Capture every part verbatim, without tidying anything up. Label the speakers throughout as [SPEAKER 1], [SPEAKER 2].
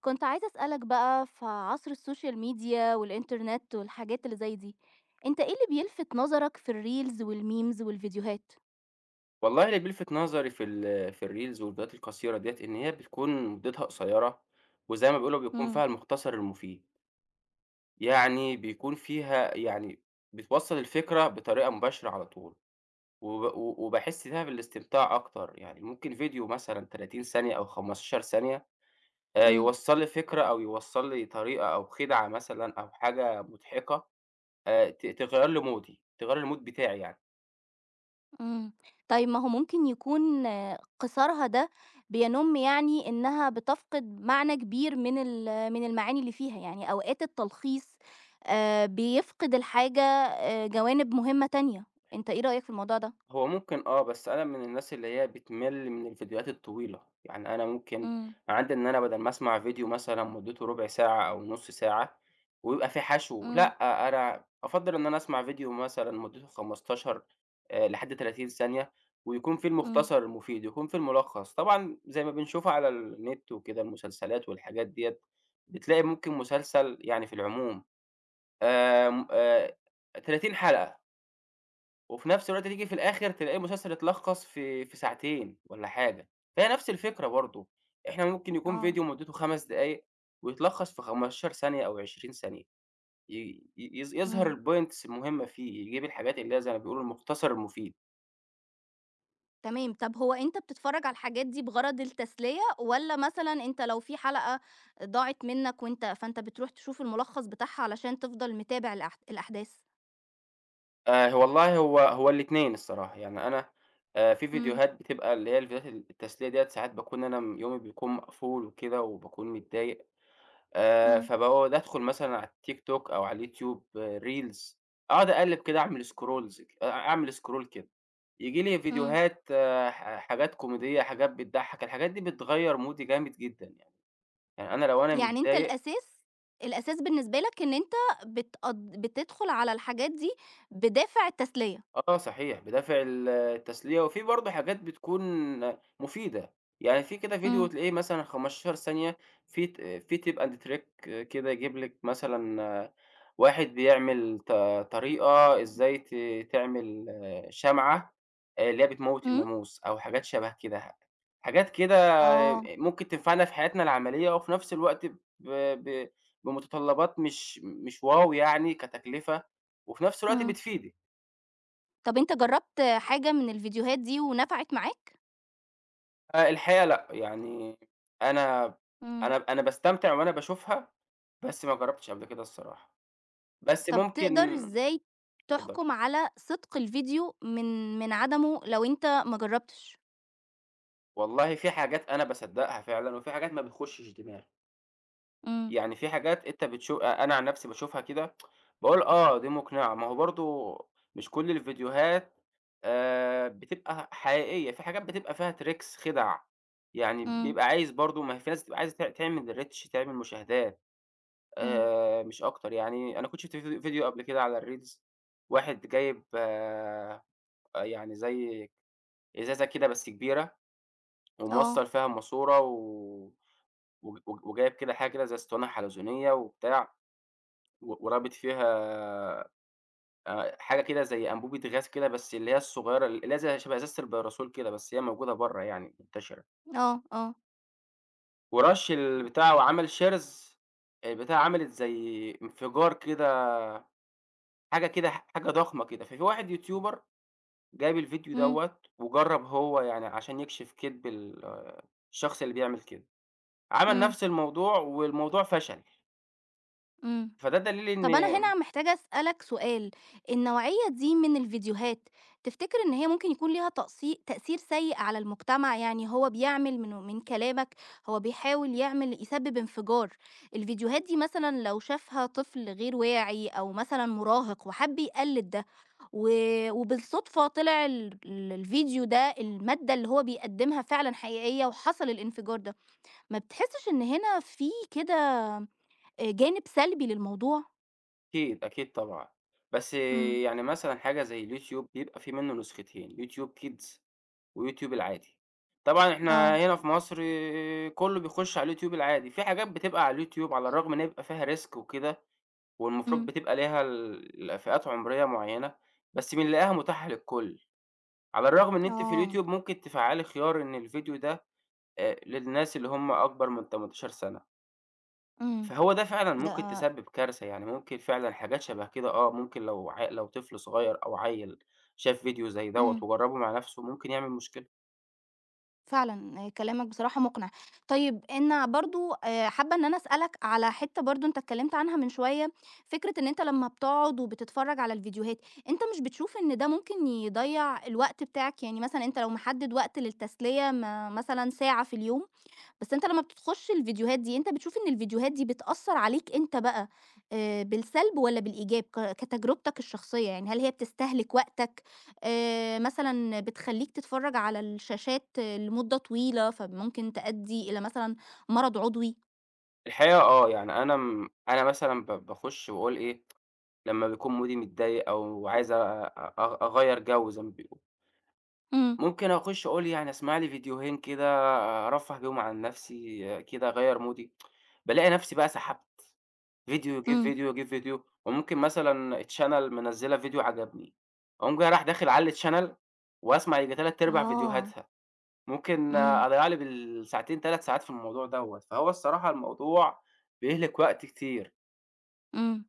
[SPEAKER 1] كنت عايزة أسألك بقى في عصر السوشيال ميديا والإنترنت والحاجات اللي زي دي، أنت إيه اللي بيلفت نظرك في الريلز والميمز والفيديوهات؟
[SPEAKER 2] والله اللي بيلفت نظري في ال في الreels والفيديوهات القصيرة ديّة، إن هي بتكون مدتها قصيرة، وزي ما بيقولوا بيكون
[SPEAKER 1] إمم.
[SPEAKER 2] فيها المختصر المفيد، يعني بيكون فيها يعني بتوصّل الفكرة بطريقة مباشرة على طول، وب و وباحس فيها بالاستمتاع أكتر، يعني ممكن فيديو مثلًا تلاتين ثانية أو خمسة عشر ثانية آآ،
[SPEAKER 1] إمم.
[SPEAKER 2] يوصّل لي فكرة أو يوصّل لي طريقة أو خدعة مثلًا أو حاجة مضحكة. آآ، ت تغيّر لي مودي، تغيّر لي الmood بتاعي يعني.
[SPEAKER 1] إمم. طيب ما هو ممكن يكون آه، قصارها ده بينُم يعني إنها بتفقد معنى كبير من ال من المعاني اللي فيها، يعني أوقات التلخيص آآ بيفقد الحاجة آآ جوانب مهمة تانية، أنت إيه رأيك في الموضوع ده؟
[SPEAKER 2] هو ممكن آه، بس أنا من الناس اللي هي بتمِل من الفيديوهات الطويلة، يعني أنا ممكن
[SPEAKER 1] إمم.
[SPEAKER 2] عندي إن أنا بدل ما أسمع فيديو مثلًا مُدته رُبع ساعة أو نُص ساعة ويبقى فيه حشو.
[SPEAKER 1] إمم.
[SPEAKER 2] لأ، أنا أفضّل إن أنا أسمع فيديو مثلًا مُدته خمستاشر آآ، لحد تلاتين ثانية ويكون فيه
[SPEAKER 1] إمم.
[SPEAKER 2] المُختصر المفيد، يكون فيه المُلخّص. طبعًا زي ما بنشوفه على النت وكده المسلسلات والحاجات ديّة، بتلاقي ممكن مسلسل يعني في العموم آمم، آآ، ثلاثين حلقة. وفي نفس الوقت تيجي في الآخر تلاقي المسلسل اتلخّص في في ساعتين والّا حاجة، فهي نفس الفكرة برضه. إحنا ممكن يكون
[SPEAKER 1] آه.
[SPEAKER 2] فيديو مدته خمس دقايق ويتلخّص في خمسة عشر ثانية أو عشرين ثانية، ي ي يظ يظهر
[SPEAKER 1] إمم.
[SPEAKER 2] الpoints المهمة فيه، يجيب الحاجات اللي هي زي ما بيقولوا المختصر المفيد.
[SPEAKER 1] تمام، طب هو أنت بتتفرّج على الحاجات دي بغرض التسلية، والّا مثلًا أنت لو في حلقة ضاعت منّك وأنت فأنت بتروح تشوف الملخّص بتاعها علشان تفضل متابع الأح الأحداث؟
[SPEAKER 2] آآ والله هو هو الاتنين الصراحة، يعني أنا آآ في
[SPEAKER 1] إمم.
[SPEAKER 2] فيديوهات بتبقى اللي هي الفيديوهات التسلية ديّة ساعات باكون أنا م يومي بيكون مقفول وكده وباكون متضايق. آآ،
[SPEAKER 1] إمم.
[SPEAKER 2] فباقعد أدخل مثلًا على التيك توك أو على اليوتيوب reels، أقعد أقلِّب كده، أعمل scrolls ك أعمل scroll كده، ييجي لي
[SPEAKER 1] إمم.
[SPEAKER 2] فيديوهات. آه، ح حاجات كوميدية، حاجات بتضحّك، الحاجات دي بتغيّر مودي جامد جدًا يعني، يعني أنا لو أنا
[SPEAKER 1] يعني أنت
[SPEAKER 2] متضايق،
[SPEAKER 1] الأساس الأساس بالنسبة لك إن أنت بتقض بتدخل على الحاجات دي بدافع التسلية،
[SPEAKER 2] آه صحيح، بدافع ال التسلية، وفي برضه حاجات بتكون مفيدة. يعني في كده فيديو
[SPEAKER 1] إمم.
[SPEAKER 2] تلاقيه مثلًا خمسة عشر ثانية، في ت في tip and trick كده، يجيب لِك مثلًا آه، واحد بيعمل ط طريقة إزاي ت تعمل آه، شمعة آآ، اللي هي بتموّت
[SPEAKER 1] إمم.
[SPEAKER 2] الناموس، أو حاجات شبه كده. ح حاجات كده
[SPEAKER 1] آه.
[SPEAKER 2] ممكن تنفعنا في حياتنا العملية، وفي نفس الوقت ب ب بمتطلبات مش مش واو يعني كتكلفة، وفي نفس الوقت
[SPEAKER 1] إمم.
[SPEAKER 2] بتفيدِك.
[SPEAKER 1] طب أنت جرّبت حاجة من الفيديوهات دي ونفعت معاك؟
[SPEAKER 2] آآ الحقيقة لأ. يعني أنا
[SPEAKER 1] إمم.
[SPEAKER 2] أنا أنا باستمتع وأنا باشوفها، بس ما جرّبتش قبل كده الصراحة، بس
[SPEAKER 1] طب تقدر
[SPEAKER 2] ممكن.
[SPEAKER 1] إزاي
[SPEAKER 2] اتفضّلي.
[SPEAKER 1] تحكم على صدق الفيديو من من عدمه لو أنت ما جربتش؟
[SPEAKER 2] والله في حاجات أنا باصدّقها فعلًا، وفي حاجات ما بتخشش دماغي.
[SPEAKER 1] إمم.
[SPEAKER 2] يعني في حاجات أنت بتشو أ أنا عن نَفْسي باشوفها كده، باقول آه، دي مقنعة. ما هو برضه مش كل الفيديوهات آآ بتبقى حقيقية، في حاجات بتبقى فيها tricks، خِدَع، يعني
[SPEAKER 1] إمم.
[SPEAKER 2] بيبقى عايز برضه، ما هي في ناس بتبقى عايزة ت تعمل reach، تعمل مشاهدات،
[SPEAKER 1] إمم.
[SPEAKER 2] آآ مش أكتر يعني. أنا كنت شُفت فيد فيديو قبل كده على الreels، واحد جايب آآ يعني زي إزازة كده بس كبيرة،
[SPEAKER 1] آه.
[SPEAKER 2] وموصّل فيها ماسورة، و وج وج وجايب كده حاجة كده زي أسطوانة حلزونية وبتاع، و ورابط فيها آآ حاجة كده زي أنبوبة غاز كده، بس اللي هي الصغيرة، اللي هي زي شبه إزازة البارasول كده، بس هي موجودة برّه يعني منتشرة.
[SPEAKER 1] آه. آه.
[SPEAKER 2] ورَش البتاع وعمل shares، البتاعة عملت زي انفجار كده، حاجة كده حاجة ضخمة كده. ففي واحد يوتيوبر جاب الفيديو
[SPEAKER 1] إمم.
[SPEAKER 2] دوّة وجرّب هو يعني عشان يكشف كدب ال الشخص اللي بيعمل كده، عمل
[SPEAKER 1] إمم.
[SPEAKER 2] نفْس الموضوع والموضوع فشل،
[SPEAKER 1] إمم.
[SPEAKER 2] فده دليل.
[SPEAKER 1] طب أنا
[SPEAKER 2] إن
[SPEAKER 1] هنا محتاجة أسألك سؤال، النوعية دي من الفيديوهات تفتكر إن هي ممكن يكون ليها تقصي تأثير سيء على المجتمع؟ يعني هو بيعمل من من كلامك هو بيحاول يعمل يسبب انفجار، الفيديوهات دي مثلًا لو شافها طفل غير واعي أو مثلًا مراهق وحب يقلد ده و وبالصدفة طلع ال ال الفيديو ده المادة اللي هو بيقدمها فعلًا حقيقية وحصل الانفجار ده، ما بتحسش إن هنا في كده آآ جانب سلبي للموضوع؟
[SPEAKER 2] أكيد، أكيد طبعًا، بس
[SPEAKER 1] إمم.
[SPEAKER 2] يعني مثلًا حاجة زي اليوتيوب بيبقى في منه نسختين، يوتيوب Kids ويوتيوب العادي. طبعًا إحنا
[SPEAKER 1] آه.
[SPEAKER 2] هنا في مصر كلّه بيخش على اليوتيوب العادي. في حاجات بتبقى على اليوتيوب على الرغم إن هي بيبقى فيها risk وكده، والمفروض
[SPEAKER 1] إمم.
[SPEAKER 2] بتبقى ليها ال فئات عمرية معيّنة، بس بنلاقيها متاحة للكل. على الرغم إن أنتِ في
[SPEAKER 1] آه.
[SPEAKER 2] اليوتيوب ممكن تفعّلي خيار إن الفيديو ده آآ للناس اللي هم أكبر من تمنتاشر سنة.
[SPEAKER 1] إمم.
[SPEAKER 2] فهو ده فعلًا ممكن
[SPEAKER 1] ده
[SPEAKER 2] تسبب كارثة، يعني ممكن فعلًا حاجات شبه كده. آه، ممكن لو عي لو طفل صغير أو عيّل شاف فيديو زي دوّة
[SPEAKER 1] إمم.
[SPEAKER 2] وجرّبه مع نفسه ممكن يعمل مشكلة.
[SPEAKER 1] فعلًا كلامك بصراحة مقنع. طيب أنا برضه آآ، حابة إن أنا أسألك على حتّة برضه أنت اتكلمت عنها من شوية، فكرة إن أنت لمّا بتقعد وبتتفرج على الفيديوهات، أنت مش بتشوف إن ده ممكن يضيّع الوقت بتاعك؟ يعني مثلًا أنت لو محدد وقت للتسلية ما مثلًا ساعة في اليوم بس أنت لمّا بتخش الفيديوهات دي، أنت بتشوف إن الفيديوهات دي بتأثّر عليك أنت بقى آآ بالسلب والّا بالإيجاب ك كتجربتك الشخصية؟ يعني هل هي بتستهلك وقتك، آآ مثلًا بتخلّيك تتفرّج على الشاشات آه، لمدة طويلة، فممكن تأدّي إلى مثلًا مرض عضوي؟
[SPEAKER 2] الحقيقة آه، يعني أنا م أنا مثلًا ب باخُش باقول إيه، لمّا بيكون مودي متضايق أو عايز أ أ أغيّر جو زي ما بيقولوا.
[SPEAKER 1] إمم.
[SPEAKER 2] ممكن أخُش أقول يعني أسمع لي فيديوهين كده، أرفّه بيهم عن نَفْسي كده، أغيّر مودي، بالاقي نَفْسي بقى سحبت، فيديو يجيب
[SPEAKER 1] إمم.
[SPEAKER 2] فيديو، يجيب فيديو، وممكن مثلًا channel منزّلة فيديو عجبني، أقوم جاي رايح داخل على الchannel وأسمع ييجي تلات أرباع
[SPEAKER 1] آه.
[SPEAKER 2] فيديوهاتها. ممكن
[SPEAKER 1] إمم.
[SPEAKER 2] أضيّع لي بالساعتين تلات ساعات في الموضوع دوّة، فهو الصراحة الموضوع بيهلِك وقت كتير.
[SPEAKER 1] إمم.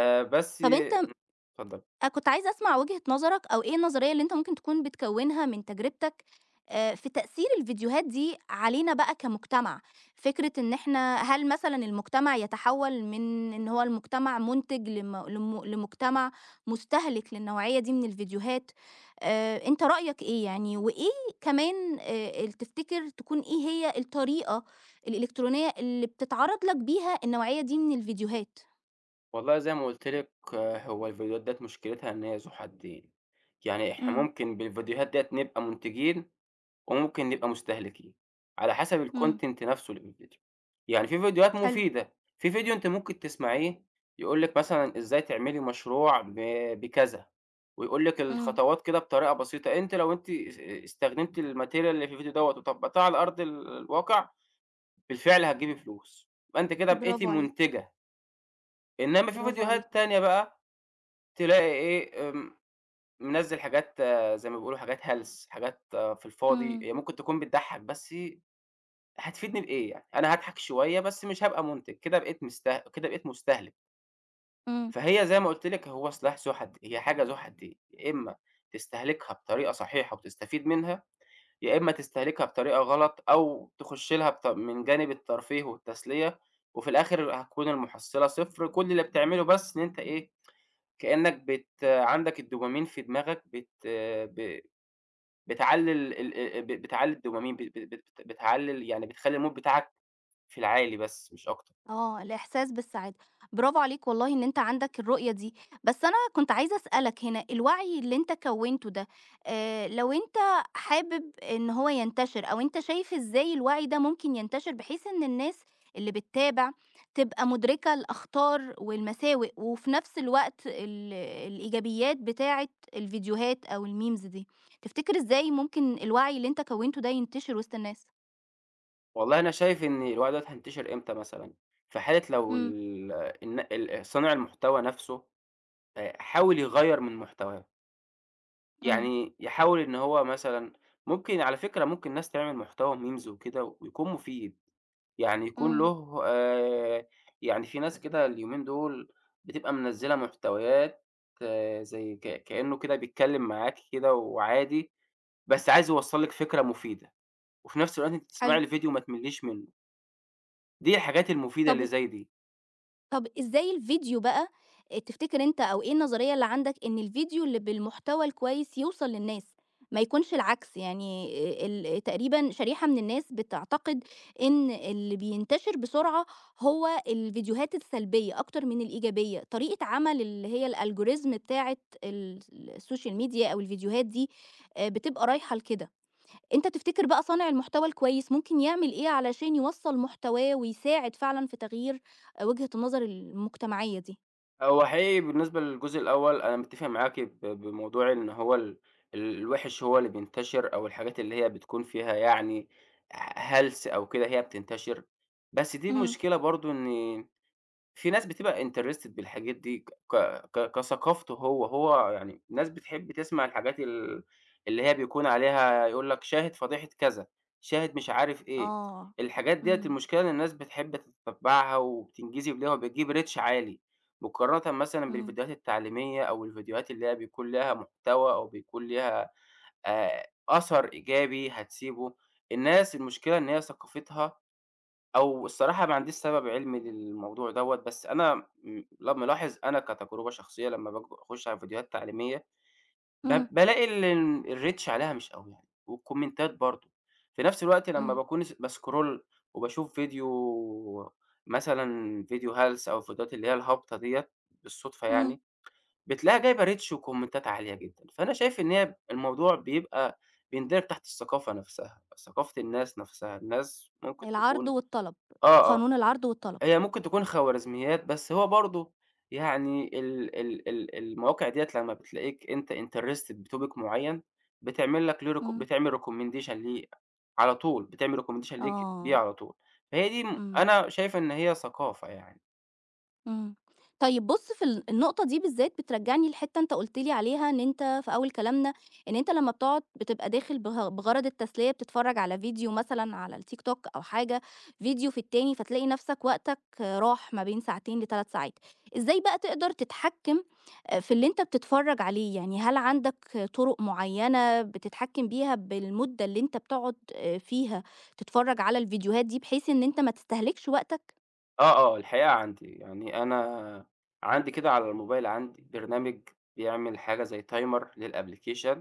[SPEAKER 2] آآ بس.
[SPEAKER 1] طَب أنت
[SPEAKER 2] اتفضل.
[SPEAKER 1] أ كنت عايزة أسمع وجهة نظرك أو إيه النظرية اللي أنت ممكن تكون بتكوّنها من تجربتك آآ في تأثير الفيديوهات دي علينا بقى كمجتمع، فكرة إن إحنا هل مثلًا المجتمع يتحوّل من إن هو المجتمع مُنتج لم لم لمجتمع مستهلك للنوعية دي من الفيديوهات، آآ أنت رأيك إيه يعني؟ وإيه كمان آآ ال تفتكر تكون إيه هي الطريقة الإلكترونية اللي بتتعرض لك بيها النوعية دي من الفيديوهات؟
[SPEAKER 2] والله زي ما قُلت لِك، آه، هو الفيديوهات ديّة مشكلتها إن هي ذو حدين، يعني إحنا
[SPEAKER 1] إمم.
[SPEAKER 2] ممكن بالفيديوهات ديّة نبقى مُنتجين، وممكن نبقى مستهلكين، على حسب
[SPEAKER 1] إمم.
[SPEAKER 2] الcontent نَفْسه اللي في الفيديو. يعني في فيديوهات
[SPEAKER 1] حلو.
[SPEAKER 2] مفيدة، في فيديو أنتِ ممكن تسمعيه يقول لِك مثلًا إزاي تعملي مشروع ب بكذا، ويقول لِك
[SPEAKER 1] إمم.
[SPEAKER 2] الخطوات كده بطريقة بسيطة. أنتِ لو أنتِ اس استخدمتِ الmaterial اللي في الفيديو دوّة وطبّقتيه على أرض ال الواقع، بالفعل هتجيبي فلوس، يبقى أنتِ كده بقيتِ
[SPEAKER 1] برافو عليك.
[SPEAKER 2] مُنتجة. إنما في
[SPEAKER 1] برافو
[SPEAKER 2] فيديوهات
[SPEAKER 1] عليك.
[SPEAKER 2] تانية بقى تلاقي إيه، آمم، منزّل حاجات، آه، زي ما بيقولوا حاجات هلس، حاجات آه، في الفاضي،
[SPEAKER 1] إمم.
[SPEAKER 2] هي ممكن تكون بتضحّك بس، هتفيدني بإيه يعني؟ أنا هاضحك شوية بس مش هابقى مُنتج، كده بقيت مسته كده بقيت مستهلك.
[SPEAKER 1] إمم.
[SPEAKER 2] فهي زي ما قُلت لِك هو سلاح ذو حدين، هي حاجة ذو حدين، يا إمّا تستهلكها بطريقة صحيحة وتستفيد منها، يا إمّا تستهلكها بطريقة غلط أو تخُش لها بط من جانب الترفيه والتسلية، وفي الآخر هتكون المحصّلة صفر. كل اللي بتعمله بس إن أنت إيه، كإنّك بت عندك الدوبامين في دماغك، بت ب بتعلّي ال ال آآ ب بتعلّي الدوبامين، ب ب بت بتعلّي ال يعني بتخلّي الmood بتاعك في العالي بس مش أكتر.
[SPEAKER 1] آه، الإحساس بالسعادة. برافو عليك والله إن أنت عندك الرؤية دي، بس أنا كنت عايزة أسألك هنا، الوعي اللي أنت كوّنته ده، آآ لو أنت حابب إن هو ينتشر أو أنت شايف إزاي الوعي ده ممكن ينتشر بحيث إن الناس اللي بتتابع تبقى مُدركة الأخطار والمساوئ وفي نفس الوقت ال الإيجابيات بتاعة الفيديوهات أو الmemes دي، تفتكر إزاي ممكن الوعي اللي أنت كوّنته ده ينتشر وسط الناس؟
[SPEAKER 2] والله أنا شايف إن الوعي دوّة هينتشر إمتى مثلًا، في حالة لو
[SPEAKER 1] إمم.
[SPEAKER 2] ال الن ال صانع المحتوى نَفْسه آآ حاول يغيّر من محتواه،
[SPEAKER 1] إمم.
[SPEAKER 2] يعني يحاول إن هو مثلًا، ممكن على فكرة ممكن ناس تعمل محتوى memes وكده ويكون مفيد. يعني يكون
[SPEAKER 1] إمم.
[SPEAKER 2] له آآ يعني في ناس كده اليومين دول بتبقى منزّلة محتويات، آه، زي ك كإنه كده بيتكلّم معاكِ كده وعادي، بس عايز يوصّل لِك فكرة مفيدة، وفي نفس الوقت أنتِ تسمعي
[SPEAKER 1] حلو.
[SPEAKER 2] الفيديو وما تملّيش منّه. دي الحاجات المفيدة
[SPEAKER 1] طب
[SPEAKER 2] اللي زي دي.
[SPEAKER 1] طب إزاي الفيديو بقى آآ تفتكر أنت أو إيه النظرية اللي عندك إن الفيديو اللي بالمحتوى الكويس يوصل للناس، ما يكونش العكس؟ يعني آآ ال تقريبًا شريحة من الناس بتعتقد إن اللي بينتشر بسرعة هو الفيديوهات السلبية أكتر من الإيجابية، طريقة عمل اللي هي الalgorithm بتاعة ال السوشيال ميديا أو الفيديوهات دي آآ بتبقى رايحة لكده. أنت تفتكر بقى صانع المحتوى الكويس ممكن يعمل إيه علشان يوصّل محتواه ويساعد فعلًا في تغيير آآ وجهة النظر المجتمعية دي؟
[SPEAKER 2] هو حقيقي بالنسبة للجزء الأول أنا متّفق معاكِ ب بموضوع إن هو ال ال- الوِحِش هو اللي بينتشر، أو الحاجات اللي هي بتكون فيها يعني ه هلْس أو كده هي بتنتشر. بس دي
[SPEAKER 1] إمم.
[SPEAKER 2] المشكلة برضه إن في ناس بتبقى interested بالحاجات دي ك ك كثقافته هو، هو يعني ناس بتحب تسمع الحاجات ال اللي هي بيكون عليها، يقول لك شاهد فضيحة كذا، شاهد مش عارف إيه.
[SPEAKER 1] آه.
[SPEAKER 2] الحاجات ديّة
[SPEAKER 1] إمم.
[SPEAKER 2] المشكلة إن الناس بتحب تتتبّعها، وبتنجذب ليها، وبتجيب reach عالي، مقارنةً مثلًا
[SPEAKER 1] إمم.
[SPEAKER 2] بالفيديوهات التعليمية أو الفيديوهات اللي هي بيكون ليها محتوى، أو بيكون ليها آآ أثر إيجابي هتسيبه. الناس المشكلة إن هي ثقافتها، أو الصراحة ما عنديش سبب علمي للموضوع دوّة، بس أنا م لا ملاحظ أنا كتجربة شخصية لمّا باج باخش على فيديوهات تعليمية، ب
[SPEAKER 1] إمم.
[SPEAKER 2] بالاقي ال الreach عليها مش أوي يعني، والكومنتات برضه. في نفس الوقت لمّا
[SPEAKER 1] إمم.
[SPEAKER 2] باكون س بscroll وباشوف فيديو، مثلًا فيديو هلس أو الفيديوهات اللي هي الهابطة ديّة بالصدفة
[SPEAKER 1] إمم.
[SPEAKER 2] يعني، بتلاقيها جايبة reach وكومنتات عالية جدًا، فأنا شايف إن هي الموضوع بيبقى بيندرج تحت الثقافة نفسها، ثقافة الناس نفسها، الناس ممكن
[SPEAKER 1] العرض
[SPEAKER 2] تكون
[SPEAKER 1] والطلب،
[SPEAKER 2] آه، آه.
[SPEAKER 1] قانون العرض والطلب.
[SPEAKER 2] هي ممكن تكون خوارزميات، بس هو برضه يعني ال ال ال المواقع ديّة لمّا بتلاقيك أنت interested بtopic معيّن، بتعمل لك له recomm
[SPEAKER 1] إمم.
[SPEAKER 2] بتعمل recommendation ليه على طول، بتعمل recommendation ليك بيه
[SPEAKER 1] آه.
[SPEAKER 2] على طول. فهي دي م
[SPEAKER 1] إمم.
[SPEAKER 2] أنا شايف إن هي ثقافة يعني.
[SPEAKER 1] إمم. طيب بُص في ال النقطة دي بالذات بترجّعني لحتّة أنت قُلت لي عليها إن أنت في أول كلامنا، إن أنت لمّا بتقعد بتبقى داخل بغ بغرض التسلية بتتفرّج على فيديو مثلًا على التيك توك أو حاجة، فيديو في التاني، فتلاقي نَفْسك وقتك راح ما بين ساعتين ل3 ساعات. إزاي بقى تقدر تتحكّم آآ في اللي أنت بتتفرّج عليه؟ يعني هل عندك طُرق معيّنة بتتحكّم بيها بالمدة اللي أنت بتقعد آآ فيها تتفرّج على الفيديوهات دي بحيث إن أنت ما تستهلكش وقتك؟
[SPEAKER 2] آه، آه، الحقيقة عندي. يعني أنا عندي كده على الموبايل عندي برنامج بيعمل حاجة زي timer للapplication،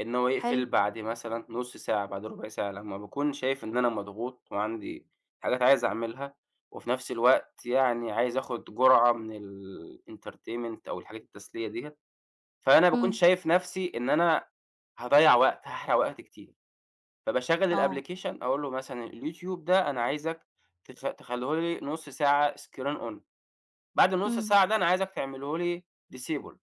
[SPEAKER 2] إن هو يقفل
[SPEAKER 1] حلو.
[SPEAKER 2] بعد مثلًا نُص ساعة، بعد ربع ساعة، لمّا باكون شايف إن أنا مضغوط وعندي حاجات عايز أعملها، وفي نفس الوقت يعني عايز آخد جرعة من الentertainment أو الحاجات التسلية ديّة، فأنا باكون
[SPEAKER 1] إمم.
[SPEAKER 2] شايف نفسي إن أنا هاضيّع وقت، هاحرق وقت كتير. فباشغّل
[SPEAKER 1] آه.
[SPEAKER 2] الapplication، أقول له مثلًا اليوتيوب ده أنا عايزك تخ تخلّيه لي نُص ساعة screen on، بعد النُص
[SPEAKER 1] إمم.
[SPEAKER 2] ساعة ده أنا عايزك تعمله لي disable.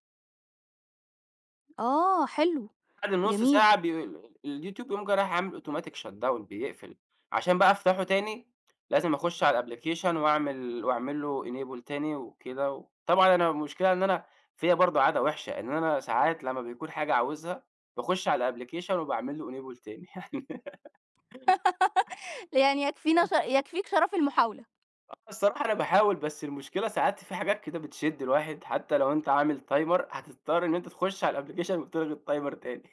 [SPEAKER 1] آه، حلو.
[SPEAKER 2] بعد النُص
[SPEAKER 1] جميل.
[SPEAKER 2] ساعة بي اليوتيوب يقوم جاي رايح عامل automatic shutdown بيقفل. عشان بقى أفتحه تاني لازم أخُش على الapplication وأعمل، وأعمل له enable تاني وكده. و طبعًا أنا المشكلة إن أنا فيّا برضه عادة وِحشة، إن أنا ساعات لمّا بيكون حاجة عاوزها باخُش على الapplication وباعمل له enable تاني يعني.
[SPEAKER 1] يعني يكفينا ش يكفيك شرف المحاولة.
[SPEAKER 2] الصراحة أنا باحاول، بس المشكلة ساعات في حاجات كده بتشد الواحد، حتى لو أنت عامل timer هتضطر إن أنت تخش على الapplication وتلغي الtimer تاني.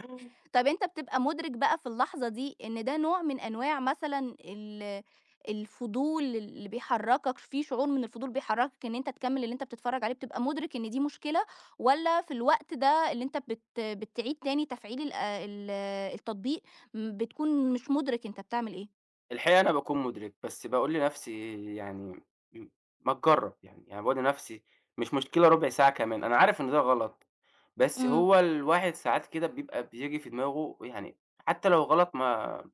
[SPEAKER 1] طَب أنت بتبقى مُدرِك بقى في اللحظة دي إن ده نوع من أنواع مثلًا ال الفضول اللي بيحرّكك في شعور من الفضول بيحرّكك إن أنت تكمّل اللي أنت بتتفرّج عليه، بتبقى مُدرِك إن دي مشكلة والّا في الوقت ده اللي أنت بت بتعيد تاني تفعيل ال ال التطبيق م بتكون مش مُدرِك أنت بتعمل إيه؟
[SPEAKER 2] الحقيقة أنا باكون مدرك، بس باقول لنفسي يعني، م ما تجرّب. يعني يعني باقول لنفسي مش مشكلة ربع ساعة كمان، أنا عارف إن ده غلط، بس
[SPEAKER 1] إمم.
[SPEAKER 2] هو الواحد ساعات كده بيبقى بييجي في دماغه يعني حتى لو غلط، ما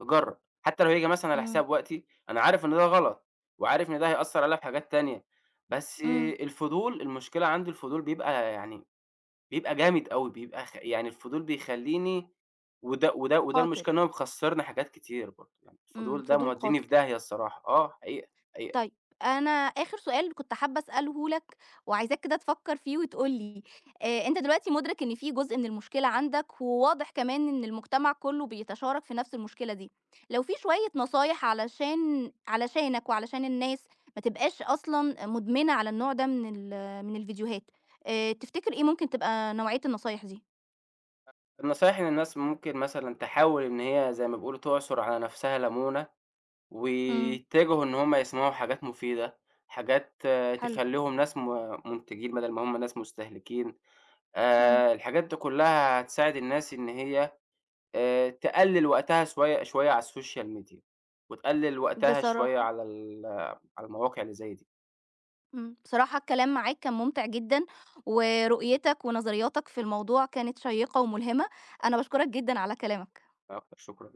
[SPEAKER 2] جرّب، حتى لو هييجي مثلًا على
[SPEAKER 1] إمم.
[SPEAKER 2] حساب وقتي، أنا عارف إن ده غلط، وعارف إن ده هيأثّر عليَّ في حاجات تانية، بس
[SPEAKER 1] إمم.
[SPEAKER 2] الفضول، المشكلة عندي الفضول بيبقى يعني بيبقى جامد أوي، بيبقى خ يعني الفضول بيخلّيني، وده وده وده
[SPEAKER 1] قاتل.
[SPEAKER 2] المشكلة إن هو مخسّرني حاجات كتير برضه. يعني
[SPEAKER 1] إمم.
[SPEAKER 2] الفضول ده
[SPEAKER 1] فضول
[SPEAKER 2] مودّيني
[SPEAKER 1] قاتل.
[SPEAKER 2] في داهية الصراحة، آه حقيقة، حقيقة.
[SPEAKER 1] طيب أنا آخر سؤال كنت حابة أسأله لك وعايزاك كده تفكر فيه وتقول لي، آآ أنت دلوقتي مُدرِك إن في جزء من المشكلة عندك، وواضح كمان إن المجتمع كُلّه بيتشارك في نفس المشكلة دي، لو في شوية نصايح علشان علشانك وعلشان الناس ما تبقاش أصلًا مُدمنة على النوع ده من ال من الفيديوهات، آآ تفتكر إيه ممكن تبقى نوعية النصايح دي؟
[SPEAKER 2] النصايح للناس ممكن مثلًا تحاول إن هي زي ما بيقولوا تعصُر على نَفْسها لَمونة،
[SPEAKER 1] إمم.
[SPEAKER 2] ويتجهوا إن هم يسمعوا حاجات مفيدة، حاجات آه،
[SPEAKER 1] حلو.
[SPEAKER 2] تخلّيهم ناس م مُنتجين بدل ما هم ناس مستهلكين.
[SPEAKER 1] إمم.
[SPEAKER 2] آآ الحاجات دي كلّها هتساعد الناس إن هي آآ تقلِّل وقتها شوية شوية على السوشيال ميديا، وتقلِّل وقتها شوية
[SPEAKER 1] بصراحة
[SPEAKER 2] على ال على المواقع اللي زي دي.
[SPEAKER 1] إمم، بصراحة الكلام معاك كان ممتع جدًا، ورؤيتك ونظرياتك في الموضوع كانت شيقة وملهمة، أنا باشكرك جدًا على كلامك.
[SPEAKER 2] أكتر شكرًا.